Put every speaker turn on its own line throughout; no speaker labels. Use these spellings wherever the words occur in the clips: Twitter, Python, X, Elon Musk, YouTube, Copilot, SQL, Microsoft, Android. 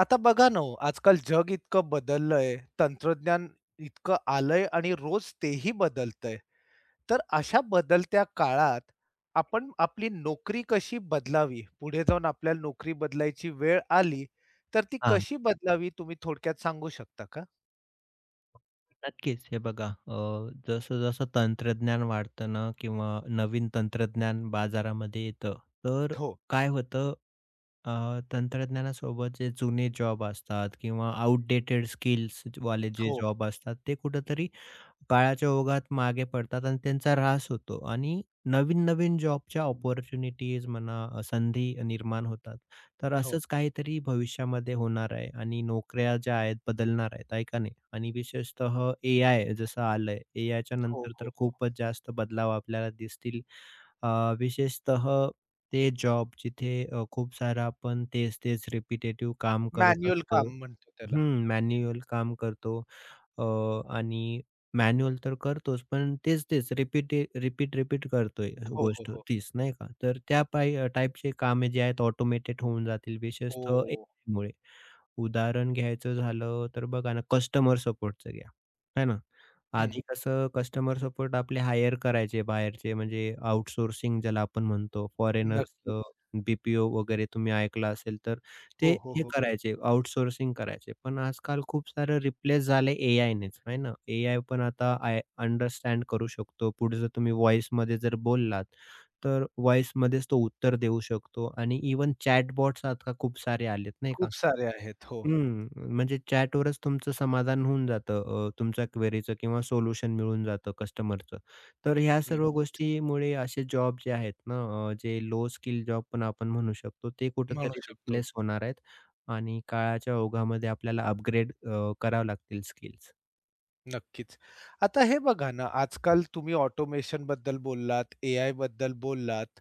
आता बघा ना हो, आजकाल जग इतकं बदललंय, तंत्रज्ञान इतकं आलंय आणि रोज तेही बदलतंय. तर अशा बदलत्या काळात आपण आपली नोकरी कशी बदलावी? पुढे जाऊन आपल्याला नोकरी बदलायची वेळ आली, तर ती
हां,
कशी बदलावी तुम्ही थोडक्यात सांगू शकता का?
नक्कीच. हे बघा जसं-जसं तंत्रज्ञान वाढतं ना किंवा नवीन तंत्रज्ञान बाजारामध्ये येतं, तर
हो,
काय होतं तंत्रज्ञानासोबत जे जुने जॉब असतात किंवा आउटडेटेड स्किल्स वाले जे
हो,
जॉब असतात, ते कुठेतरी काळाच्या ओघात मागे पडतात आणि त्यांचा ऱ्हास होतो आणि नवीन-नवीन जॉबच्या अपॉर्च्युनिटीज म्हणा, संधी निर्माण होतात. तर
हो,
असंच काहीतरी भविष्यामध्ये होणार आहे आणि नोकऱ्या ज्या आहेत बदलणार आहेत, आहे का नाही? आणि विशेषतः एआय जसं आलंय, एआयच्या
हो,
नंतर तर
हो, हो.
खूपच जास्त बदलाव आपल्याला दिसतील. अ, विशेषतः ते जॉब जिथे खूप सारं आपण तेच-तेच रिपिटेटिव्ह काम करत
मॅन्युअल
असतो.
काम म्हणतो त्याला.
हं, मॅन्युअल काम करतो अ, आणि मॅन्युअल तर करतोच, पण तेच-तेच रिपीट रिपीट, रिपीट करतोय
हो, हो,
गोष्ट
हो.
तीच नाही का? तर त्या पायी टाइपचे कामे जे आहेत ऑटोमेटेड होऊन जातील विशेषतः
हो.
एआयमुळे. उदाहरण घ्यायचं झालं तर बघा ना, कस्टमर सपोर्टचं घ्या, है ना?
हं.
आधी कसं कस्टमर सपोर्ट आपले हायर करायचे बाहेरचे म्हणजे आउटसोर्सिंग ज्याला आपण म्हणतो हं. फॉरेनर्स
नक्कीच.
ओ वगैरे तुम्ही ऐकलं असेल तर ते
हो, हो,
हे
हो.
करायचे आउटसोर्सिंग करायचे. पण आजकाल खूप सारं रिप्लेस झालं एआयनेच आहे ना. एआय पण आता आय अंडरस्टँड करू शकतो. पुढे जर तुम्ही व्हॉईसमध्ये जर बोललात, तर व्हॉईसमध्येच तो उत्तर देऊ शकतो आणि इव्हन चॅटबॉट्स आता खूप सारे आलेत नाही का?
खूप सारे आहेत. हो,
हं, म्हणजे चॅटवरच तुमचं समाधान होऊन जातं. तुमच्या क्वेरीचं किंवा सोल्युशन मिळून जातं कस्टमरचं. तर ह्या सर्व
नक्कीच
गोष्टीमुळे असे जॉब जे आहेत ना, जे लो स्किल जॉब पण आपण म्हणू शकतो, ते
म्हणू
कुठेतरी
शकतो.
रिप्लेस होणार आहेत आणि काळाच्या ओघामध्ये आपल्याला अपग्रेड करावं लागतील स्किल्स.
नक्कीच. आता हे बघा ना, आजकाल तुम्ही ऑटोमेशनबद्दल बोललात, एआयबद्दल बोललात,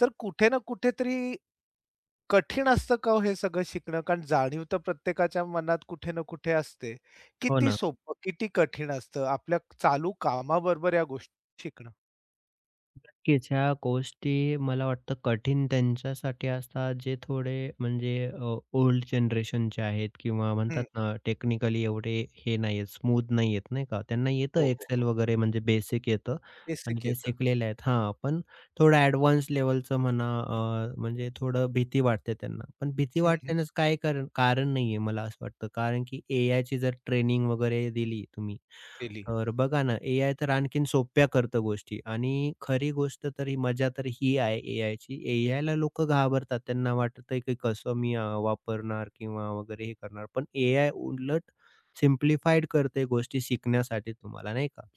तर कुठे ना कुठेतरी कठीण असतं का हो हे सगळं शिकणं? कारण जाणीव तर प्रत्येकाच्या मनात कुठे ना कुठे असते.
हो
किती
ना.
सोपं, किती कठीण असतं आपल्या चालू कामाबरोबर या गोष्टी शिकणं?
नक्कीच. ह्या गोष्टी मला वाटतं कठीण त्यांच्यासाठी असतात जे थोडे म्हणजे ओल्ड जनरेशनचे आहेत किंवा
हं.
म्हणतात ना टेक्निकली एवढे हे नाही आहेत, स्मूथ नाही आहेत नाही का. त्यांना येतं
हो, हो,
एक्सेल
हो.
वगैरे म्हणजे बेसिक येतं आणि
बेसिक
ते
येतं.
शिकलेले आहेत. हां, पण थोडं ॲडव्हान्स लेव्हलचं म्हणा म्हणजे थोडं भीती वाटते त्यांना. पण भीती
हं, हं.
वाटण्याचं काय कारण कारण नाहीये मला असं वाटतं. कारण की एआयची जर ट्रेनिंग वगैरे दिली तुम्ही
केली.
तर बघा ना, एआय तर आणखीन सोप्या करतं गोष्टी आणि खरी गोष्ट तर ही मजा तर ही आहे एआयची. एआयला लोकं घाबरतात. त्यांना वाटतंय की कसं मी वापरणार किंवा वगैरे हे करणार. पण एआय उलट सिम्प्लिफाईड करते गोष्टी शिकण्यासाठी तुम्हाला, नाही का?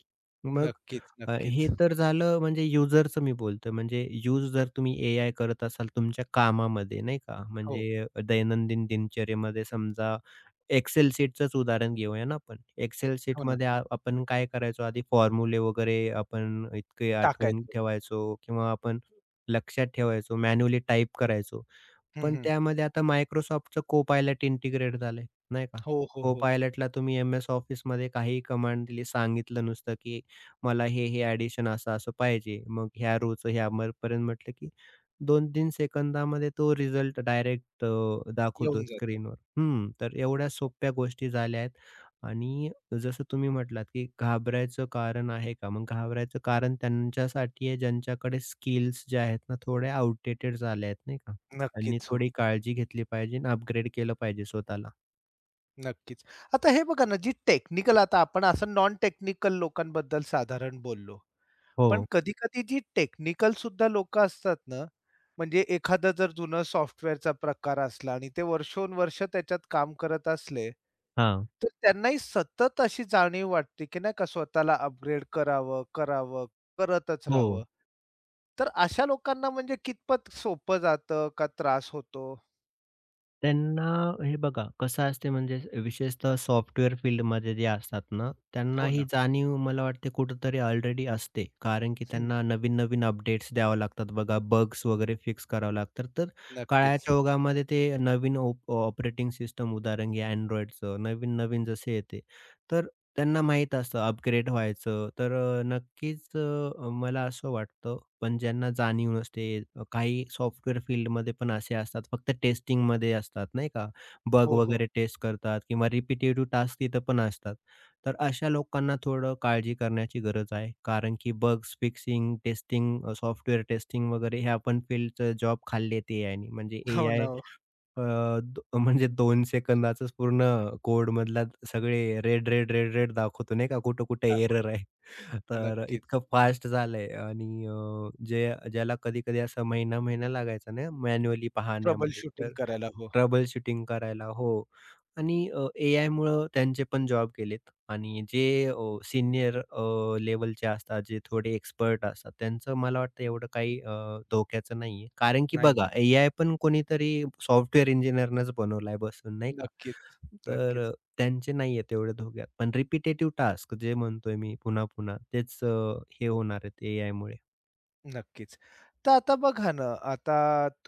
मग
नक्कीच,
हे
नक्कीच.
तर झालं म्हणजे युजरचं मी बोलतोय. म्हणजे यूज जर तुम्ही एआय करत असाल तुमच्या कामामध्ये, नाही का?
हो,
म्हणजे दैनंदिन दिनचर्येमध्ये समजा एक्सेल शीटचंच उदाहरण घेऊया ना आपण. एक्सेल
हो ना.
शीटमध्ये आपण काय करायचो आधी फॉर्म्युले वगैरे आपण इतके आठवून
टाकायचं.
ठेवायचो किंवा आपण लक्षात ठेवायचो, मॅन्युअली टाइप करायचो.
हं,
पण
हं.
त्यामध्ये आता Microsoftचं Copilot इंटिग्रेट झालंय, नाही का?
हो, हो, हो.
Copilotला तुम्ही एम-एस ऑफिसमध्ये काहीही कमांड दिली, सांगितलं नुसतं, की मला हे ॲडिशन असं-असं पाहिजे. मग ह्या रोचं ह्या मरपर्यंत म्हटलं, की 2-3 सेकंदामध्ये तो रिझल्ट डायरेक्ट दाखवतो
येऊन जातं.
स्क्रीनवर. हं, तर एवढ्या सोप्या गोष्टी झाल्या आहेत आणि जसं तुम्ही म्हटलात, की घाबरायचं कारण आहे का? मग घाबरायचं कारण त्यांच्यासाठी आहे ज्यांच्याकडे स्किल्स ज्या आहेत ना, थोड्या आउटडेटेड झाल्या आहेत नाही का? त्यांनी
नक्कीच, हो.
थोडी काळजी घेतली पाहिजे अपग्रेड केलं पाहिजे स्वतःला.
नक्कीच. आता हे बघा ना, जी टेक्निकल आता आपण असं नॉन टेक्निकल लोकांबद्दल साधारण बोललो. पण
हो.
कधी-कधी जी टेक्निकल सुद्धा लोकं असतात ना, म्हणजे एखादा जर जुनं सॉफ्टवेअरचा प्रकार असला आणि ते वर्षोनवर्ष त्याच्यात काम करत असले,
हां.
तर त्यांनाही सतत अशी जाणीव वाटते, की नाही का स्वतःला अपग्रेड करावं, करावं, करतच
हो.
राहावं. तर अशा लोकांना म्हणजे कितपत सोपं जातं का त्रास होतो?
त्यांना हे बघा कसं असते म्हणजे विशेषतः सॉफ्टवेअर फील्डमध्ये जे असतात ना, त्यांना
हो
ही
ना.
जाणीव मला वाटते कुठेतरी ऑलरेडी असते. कारण की
हं.
त्यांना नवीन-नवीन अपडेट्स द्यावं लागतात बघा, बग्स वगैरे फिक्स करावं लागतात. तर
नक्कीच.
काळाच्या ओघामध्ये ते नवीन ऑपरेटिंग सिस्टम उदाहरण घ्या Androidचं, नवीन-नवीन जसे येते. तर त्यांना माहीत असतं अपग्रेड व्हायचं, तर नक्कीच मला असं वाटतं, पण ज्यांना जाणीव नसते, काही सॉफ्टवेअर फील्डमध्ये पण असे असतात, फक्त टेस्टिंगमध्ये असतात नाही का? बग
हो, हो.
वगैरे टेस्ट करतात किंवा रिपिटेटिव्ह टास्क तिथं पण असतात. तर अशा लोकांना थोडं काळजी करण्याची गरज आहे, कारण की bugs fixing, testing, software testing वगैरे ह्या पण फील्डचं जॉब खाल्लेत एआयने. म्हणजे
हो ना.
एआय
हो.
अ, द म्हणजे 2 सेकंदाचाच पूर्ण कोडमधला सगळे रेड दाखवतो नाही का, कुठं-कुठे
दाखव.
एरर आहे. तर इतकं
नक्कीच.
फास्ट झालंय आणि जे ज्याला कधी-कधी असा महिना-महिना लागायचा ना मॅन्युअली
ट्रबल
पाहण्यामध्ये
शूटिंग
तर
करायला. हो.
ट्रबल शूटिंग करायला. हो. आणि एआयमुळं त्यांचे पण जॉब गेलेत आणि जे सीनियर लेव्हलचे असतात, जे थोडे एक्सपर्ट असतात, त्यांचं मला वाटतं एवढं काही धोक्याचं नाहीये. कारण की बघा,
नाही.
एआय पण कोणीतरी सॉफ्टवेअर इंजिनिअरनंच बनवलाय बसून, नाही का?
नक्कीच,
तर
नक्कीच,
त्यांचे नाहीये तेवढे धोक्यात. पण रिपिटेटिव्ह टास्क जे म्हणतोय मी पुन्हा-पुन्हा, तेच हे होणार आहेत एआयमुळे.
नक्कीच. तर आता बघा ना, आता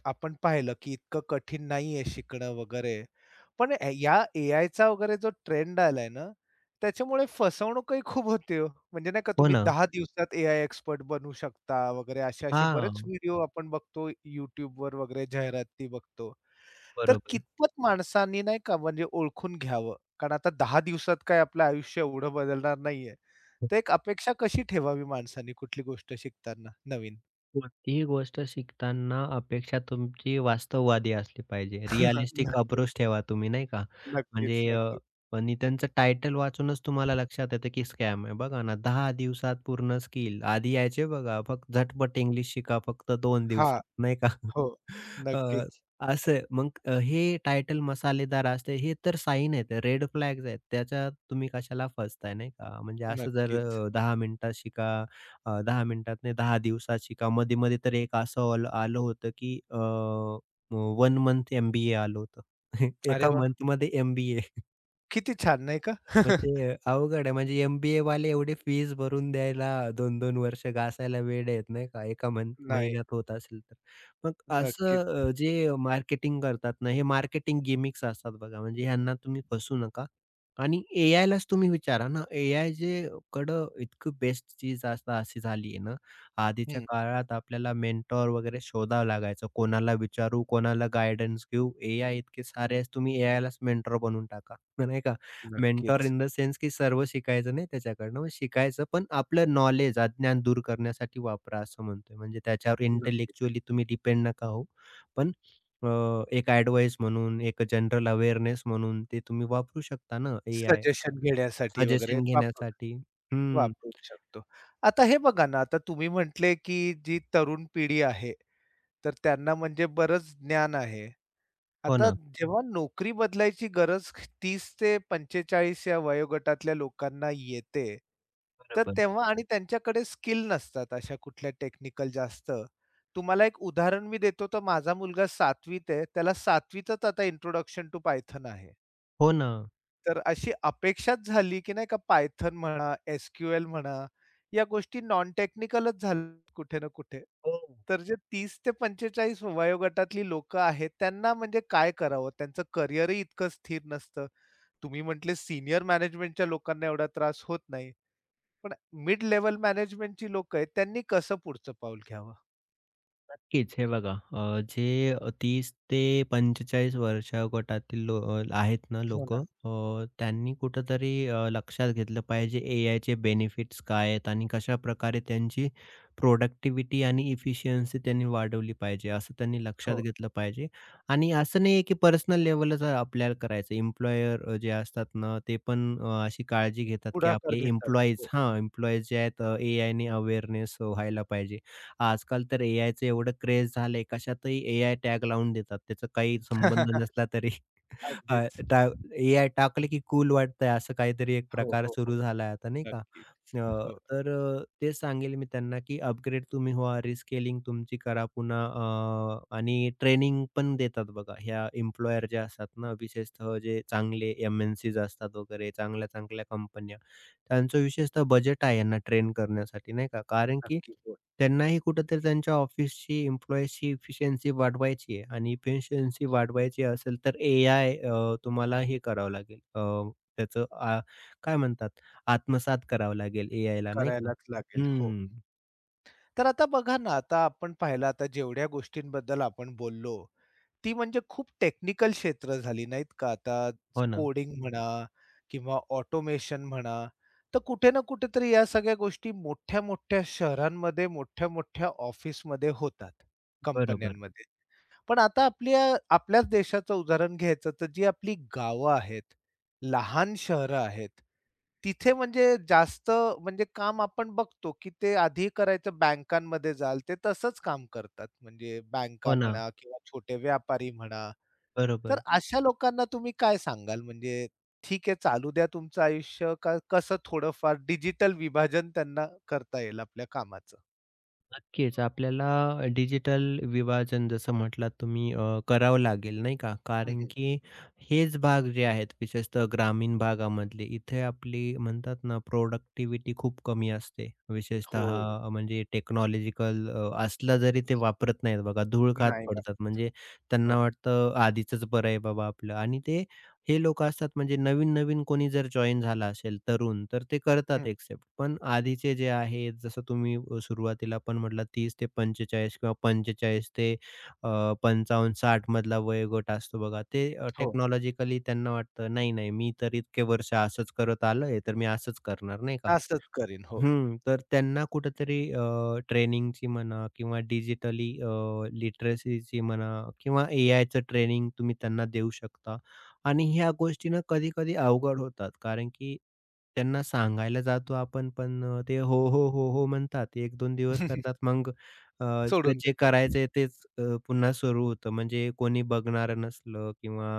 आपण पाहिलं की इतकं कठीण नाहीये शिकणं वगैरे. पण ए या ए चा वगैरे जो ट्रेंड आलाय ना, त्याच्यामुळे फसवणूकही खूप होते हो. म्हणजे नाही का
हो
तुम्ही
ना.
10 दिवसात एआय एक्सपर्ट बनू शकता वगैरे असे-असे बरेच
हां,
व्हिडिओ आपण बघतो YouTubeवर वगैरे जाहिराती बघतो. तर
बरोबर.
कितपत माणसांनी नाही का म्हणजे ओळखून घ्यावं? कारण आता 10 दिवसात काय आपलं आयुष्य एवढं बदलणार नाहीये. तर एक अपेक्षा कशी ठेवावी माणसांनी कुठली गोष्ट शिकताना नवीन?
कोणतीही गोष्ट शिकताना अपेक्षा तुमची वास्तववादी असली पाहिजे. रिअलिस्टिक अप्रोच
नक्कीच,
ठेवा तुम्ही नाही का? म्हणजे
नक्कीच, नक्कीच.
आणि त्यांचं टायटल वाचूनच तुम्हाला लक्षात येतं की स्कॅम आहे. बघा ना दहा दिवसात पूर्ण स्किल. आधी यायचे बघा फक्त झटपट इंग्लिश शिका फक्त 2
हां,
दिवसात नाही का?
हो.
अ,
नक्कीच,
असं मग हे टायटल मसालेदार असते. हे तर साईन आहेत, रेड फ्लॅग्स आहेत. त्याच्यात तुम्ही कशाला फसताय नाही का? म्हणजे असं जर
नक्कीच.
10 मिनिटात शिका 10 मिनिटात नाही 10 दिवसाची का मध्ये-मध्ये तर एक असं आलं आलं होतं की one month MBA B A आलं होतं.
अरे
एका
वाह!
मंथ एमबीए
किती छान नाही का?
म्हणजे अवघड आहे. म्हणजे एम वाले एवढी फीज भरून द्यायला दोन-दोन वर्ष घासायला वेड आहेत नाही का, एका मन
नाही.
महिन्यात होत असेल तर. मग
नक्कीच.
असं जे मार्केटिंग करतात ना, हे मार्केटिंग गिमिक्स असतात बघा, म्हणजे ह्यांना तुम्ही फसू नका आणि एआयलाच तुम्ही विचारा ना, एआय जे कडं इतकं बेस्ट चीज आता अशी झाली आहे ना, आधीच्या
हं.
काळात आपल्याला मेंटॉर वगैरे शोधावं लागायचं. कोणाला विचारू, कोणाला गाईडन्स घेऊ. एआय इतके सारे आहेत, तुम्ही एआयलाच मेंटॉर बनवून टाका, नाही का? मेंटॉर
नक्कीच,
इन द सेन्स की सर्व शिकायचं नाही त्याच्याकडनं, मग शिकायचं पण आपलं नॉलेज, अज्ञान दूर करण्यासाठी वापरा असं म्हणतोय. म्हणजे त्याच्यावर
नक्कीच.
इंटेलेक्चुअली तुम्ही डिपेंड नका हो पण अ, एक ॲडव्हाइस म्हणून, एक जनरल अवेअरनेस म्हणून ते तुम्ही वापरू शकता ना एआय
सजेशन घेण्यासाठी वगैरे
सजेशन
वापरू
घेण्यासाठी. हं.
वापरू शकतो. आता हे बघा ना, आता तुम्ही म्हटले, की जी तरुण पिढी आहे तर त्यांना म्हणजे बरंच ज्ञान आहे.
हो
आता
ना.
जेव्हा नोकरी बदलायची गरज 30 ते 45 या वयोगटातल्या लोकांना येते, तर
बरोबर.
तेव्हा आणि त्यांच्याकडे स्किल नसतात अशा कुठल्या टेक्निकल जास्त. तुम्हाला एक उदाहरण मी देतो, तर माझा मुलगा 7वीत आहे. त्याला 7वीतच आता इंट्रोडक्शन टू पायथॉन आहे.
हो ना.
तर अशी अपेक्षाच झाली, की नाही का Python म्हणा, एस क्यू म्हणा, या गोष्टी नॉन टेक्निकलच झाल्यात कुठे ना कुठे.
हो.
तर जे 30 ते 45 वयोगटातली लोकं आहेत, त्यांना म्हणजे काय करावं? त्यांचं करिअरही इतकं स्थिर नसतं. तुम्ही म्हटले सीनियर मॅनेजमेंटच्या लोकांना एवढा त्रास होत नाही. पण मिड लेव्हल मॅनेजमेंटची लोकं आहेत, त्यांनी कसं पुढचं पाऊल घ्यावं?
नक्कीच. हे बघा जे तीस ते 45 वर्षा गटातील आहेत ना
हो ना.
लोकं त्यांनी कुठेतरी लक्षात घेतलं पाहिजे एआयचे बेनिफिट्स काय आहेत आणि कशाप्रकारे त्यांची प्रोडक्टिव्हिटी आणि इफिशियन्सी त्यांनी वाढवली पाहिजे, असं त्यांनी लक्षात
हो.
घेतलं पाहिजे. आणि असं नाही की पर्सनल लेव्हलच आपल्याला करायचं. एम्प्लॉयर जे असतात ना, ते पण अशी काळजी घेतात की
पुढाकार
आपले
घेतात.
एम्प्लॉईज
हो.
हां, एम्प्लॉईज जे आहेत एआयने अवेअरनेस व्हायला पाहिजे. आजकाल तर एआयचं एवढं क्रेझ झालंय, कशातही एआय टॅग लावून देतात. त्याचा काही संबंध नसला तरी अ,
अगदीच.
टा एआय की कूल वाटतंय असं काहीतरी एक
हो,
प्रकार
हो, हो.
सुरू झालाय आता नाही का?
नक्कीच. हो.
तर तेच सांगेल मी त्यांना की अपग्रेड तुम्ही व्हा, रिस्केलिंग तुमची करा पुन्हा आणि ट्रेनिंग पण देतात बघा. ह्या एम्प्लॉयर ज्या असतात ना, विशेषतः जे चांगले एम-एन-सीज असतात वगैरे, चांगल्या-चांगल्या कंपन्या, त्यांचं विशेषतः बजेट आहे यांना ट्रेन करण्यासाठी नाही का? कारण की
नक्की. हो.
त्यांनाही कुठेतरी त्यांच्या ऑफिसची एम्प्लॉईजची इफिशियन्सी वाढवायची आहे आणि इफिशियन्सी वाढवायची असेल तर एआय तुम्हाला हे करावं लागेल त्याचं काय म्हणतात आत्मसात करावं लागेल एआयला नाही का?
करायलाच लागेल. हो.
हं.
तर आता बघा ना, आता आपण पाहिलं आता जेवढ्या गोष्टींबद्दल आपण बोललो, ती म्हणजे खूप टेक्निकल क्षेत्र झाली नाहीत का? आता
हो ना.
कोडिंग म्हणा किंवा ऑटोमेशन म्हणा. तर कुठे ना कुठेतरी या सगळ्या गोष्टी मोठ्या-मोठ्या शहरांमध्ये, मोठ्या-मोठ्या ऑफिसमध्ये होतात,
बरोबर.
कंपन्यांमध्ये. पण आता आपल्याच देशाचं उदाहरण घ्यायचं तर जी आपली गावं आहेत, लहान शहरं आहेत, तिथे म्हणजे जास्त म्हणजे काम आपण बघतो, की ते आधी करायचं बँकांमध्ये जाल, ते तसंच काम करतात. म्हणजे
हो
बँका
ना.
म्हणा किंवा छोटे व्यापारी म्हणा. तर
बरोबर.
अशा लोकांना तुम्ही काय सांगाल? म्हणजे ठीक आहे चालू द्या तुमचं आयुष्य का कसं थोडंफार डिजिटल विभाजन त्यांना करता येईल आपल्या कामाचं?
नक्कीच. आपल्याला डिजिटल विभाजन जसं म्हटलात तुम्ही करावं लागेल नाही का? कारण
हं,
की हेच भाग जे आहेत विशेषतः ग्रामीण भागामधले इथे आपली म्हणतात ना प्रोडक्टिव्हिटी खूप कमी असते.
हो.
विशेषतः म्हणजे टेक्नॉलॉजिकल असला जरी ते वापरत नाहीत बघा. धूळ खात
नाही मग.
पडतात. म्हणजे त्यांना
हो.
वाटतं आधीचंच बरं आहे बाबा आपलं आणि ते हे लोक असतात म्हणजे नवीन-नवीन कोणी जर जॉइन झाला असेल तरुण, तर ते करतात
हं.
एक्सेप्ट. पण आधीचे जे आहेत, जसं तुम्ही सुरुवातीला पण म्हटलात 30 ते 45 किंवा 45 ते अ, 55-60 मधला वयोगट असतो बघा. ते
हो.
टेक्नॉलॉजिकली त्यांना वाटतं, "नाही, नाही, मी तर इतके वर्ष असंच करत आलोय, तर मी असंच करणार," नाही का?
असंच करीन. हो.
हं, तर त्यांना कुठेतरी ट्रेनिंगची म्हणा किंवा डिजिटली लिटरसीची म्हणा किंवा एआयचं ट्रेनिंग तुम्ही त्यांना देऊ शकता आणि ह्या गोष्टी ना कधी-कधी अवघड होतात. कारण की त्यांना सांगायला जातो आपण, पण ते "हो, हो, हो, हो" म्हणतात. 1-2 दिवस करतात. मग अ,
सोडून
जे
देतात.
करायचंय तेच पुन्हा सुरू होतं. म्हणजे कोणी बघणारं नसलं किंवा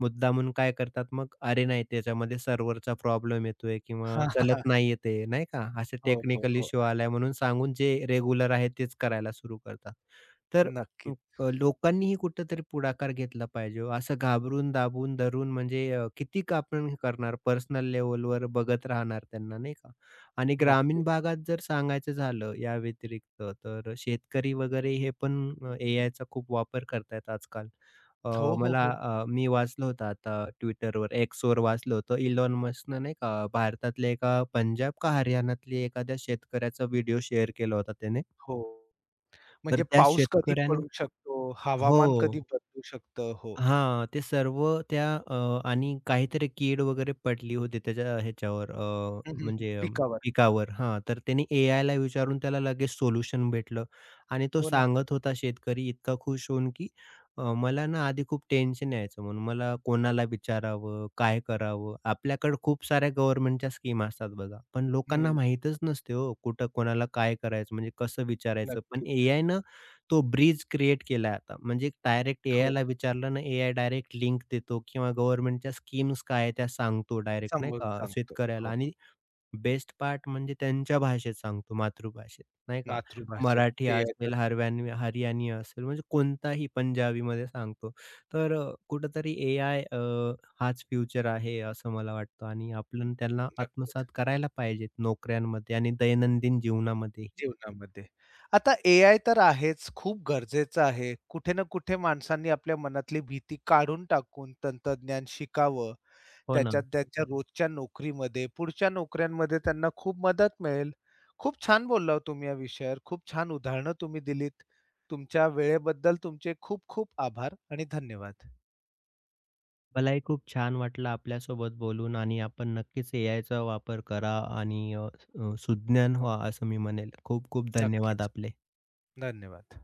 मुद्दामून काय करतात मग, "अरे नाही त्याच्यामध्ये सर्व्हरचा प्रॉब्लेम येतोय किंवा
हां, हां.
चलत नाहीये ते." नाही का? असे
हो, हो,
टेक्निकल
हो.
इश्यू आलाय म्हणून सांगून जे रेग्युलर आहे तेच करायला सुरू करतात. तर
नक्कीच,
लोकांनीही कुठेतरी पुढाकार घेतला पाहिजे हो. असं घाबरून, दाबून, धरून म्हणजे किती का आपण करणार पर्सनल लेव्हलवर बघत राहणार त्यांना नाही का? आणि ग्रामीण
नक्कीच.
भागात जर सांगायचं झालं या व्यतिरिक्त तर शेतकरी वगैरे हे पण एआयचा खूप वापर करतायत आजकाल. अ,
हो, हो,
मला
हो.
मी वाचलं होतं आता Twitterवर, Xवर वाचलं होतं. इलॉन मस्कनं नाही का भारतातल्या एका पंजाब का हरियाणातल्या एखाद्या शेतकऱ्याचा व्हिडिओ शेअर केला होता त्याने.
हो.
तर
म्हणजे
त्या
पाऊस कधी
शेतकऱ्याने
पडू शकतो, हवामान
हो.
कधी बदलू शकतं. हो.
हां, ते सर्व त्या आणि काहीतरी कीड वगैरे पडली होती त्याच्या ह्याच्यावर
हं, हं, हं. पिकावर.
पिकावर हां, तर त्याने एआयला विचारून त्याला लगेच सोल्युशन भेटलं आणि तो
हो ना.
सांगत होता शेतकरी इतका खुश होऊन, की "मला ना आधी खूप टेन्शन यायचं म्हणून मला कोणाला विचारावं, काय करावं?" आपल्याकडे खूप साऱ्या गव्हर्नमेंटच्या स्कीम असतात बघा, पण लोकांना
हं.
माहीतच नसते हो, कुठं कोणाला काय करायचं म्हणजे कसं विचारायचं? पण
नक्कीच.
एआयनं तो ब्रिज क्रिएट केलाय आता. म्हणजे डायरेक्ट
हो.
एआयला विचारलं ना, एआय डायरेक्ट लिंक देतो किंवा गव्हर्नमेंटच्या स्कीम्स काय आहेत त्या सांगतो डायरेक्ट नाही
समजावून
का
सांगतो.
शेतकऱ्याला
हो.
आणि बेस्ट पार्ट म्हणजे त्यांच्या भाषेत सांगतो, मातृभाषेत नाही का.
मातृभाषेत
मराठी
एआयचा
असेल, हरियाणी असेल म्हणजे कोणताही पंजाबीमध्ये सांगतो. तर कुठेतरी एआय हाच फ्युचर आहे असं मला वाटतं आणि आपण त्यांना
नक्कीच
आत्मसात करायला पाहिजेत नोकऱ्यांमध्ये आणि दैनंदिन जीवनामध्येही.
जीवनामध्ये. आता एआय तर आहेच, खूप गरजेचं आहे. कुठे ना कुठे माणसांनी आपल्या मनातली भीती काढून टाकून तंत्रज्ञान शिकावं.
हो ना.
त्याच्यात त्यांच्या रोजच्या नोकरीमध्ये, पुढच्या नोकऱ्यांमध्ये त्यांना खूप मदत मिळेल. खूप छान बोलला हो तुम्ही या विषयावर. खूप छान उदाहरणं तुम्ही दिलीत. तुमच्या वेळेबद्दल तुमचे खूप खूप आभार आणि धन्यवाद.
मलाही खूप छान वाटलं आपल्यासोबत बोलून आणि आपण नक्कीच एआयचा वापर करा आणि अ, अ, सुज्ञान व्हा असं मी म्हणेल. खूप खूप धन्यवाद
नक्कीच.
आपले.
धन्यवाद.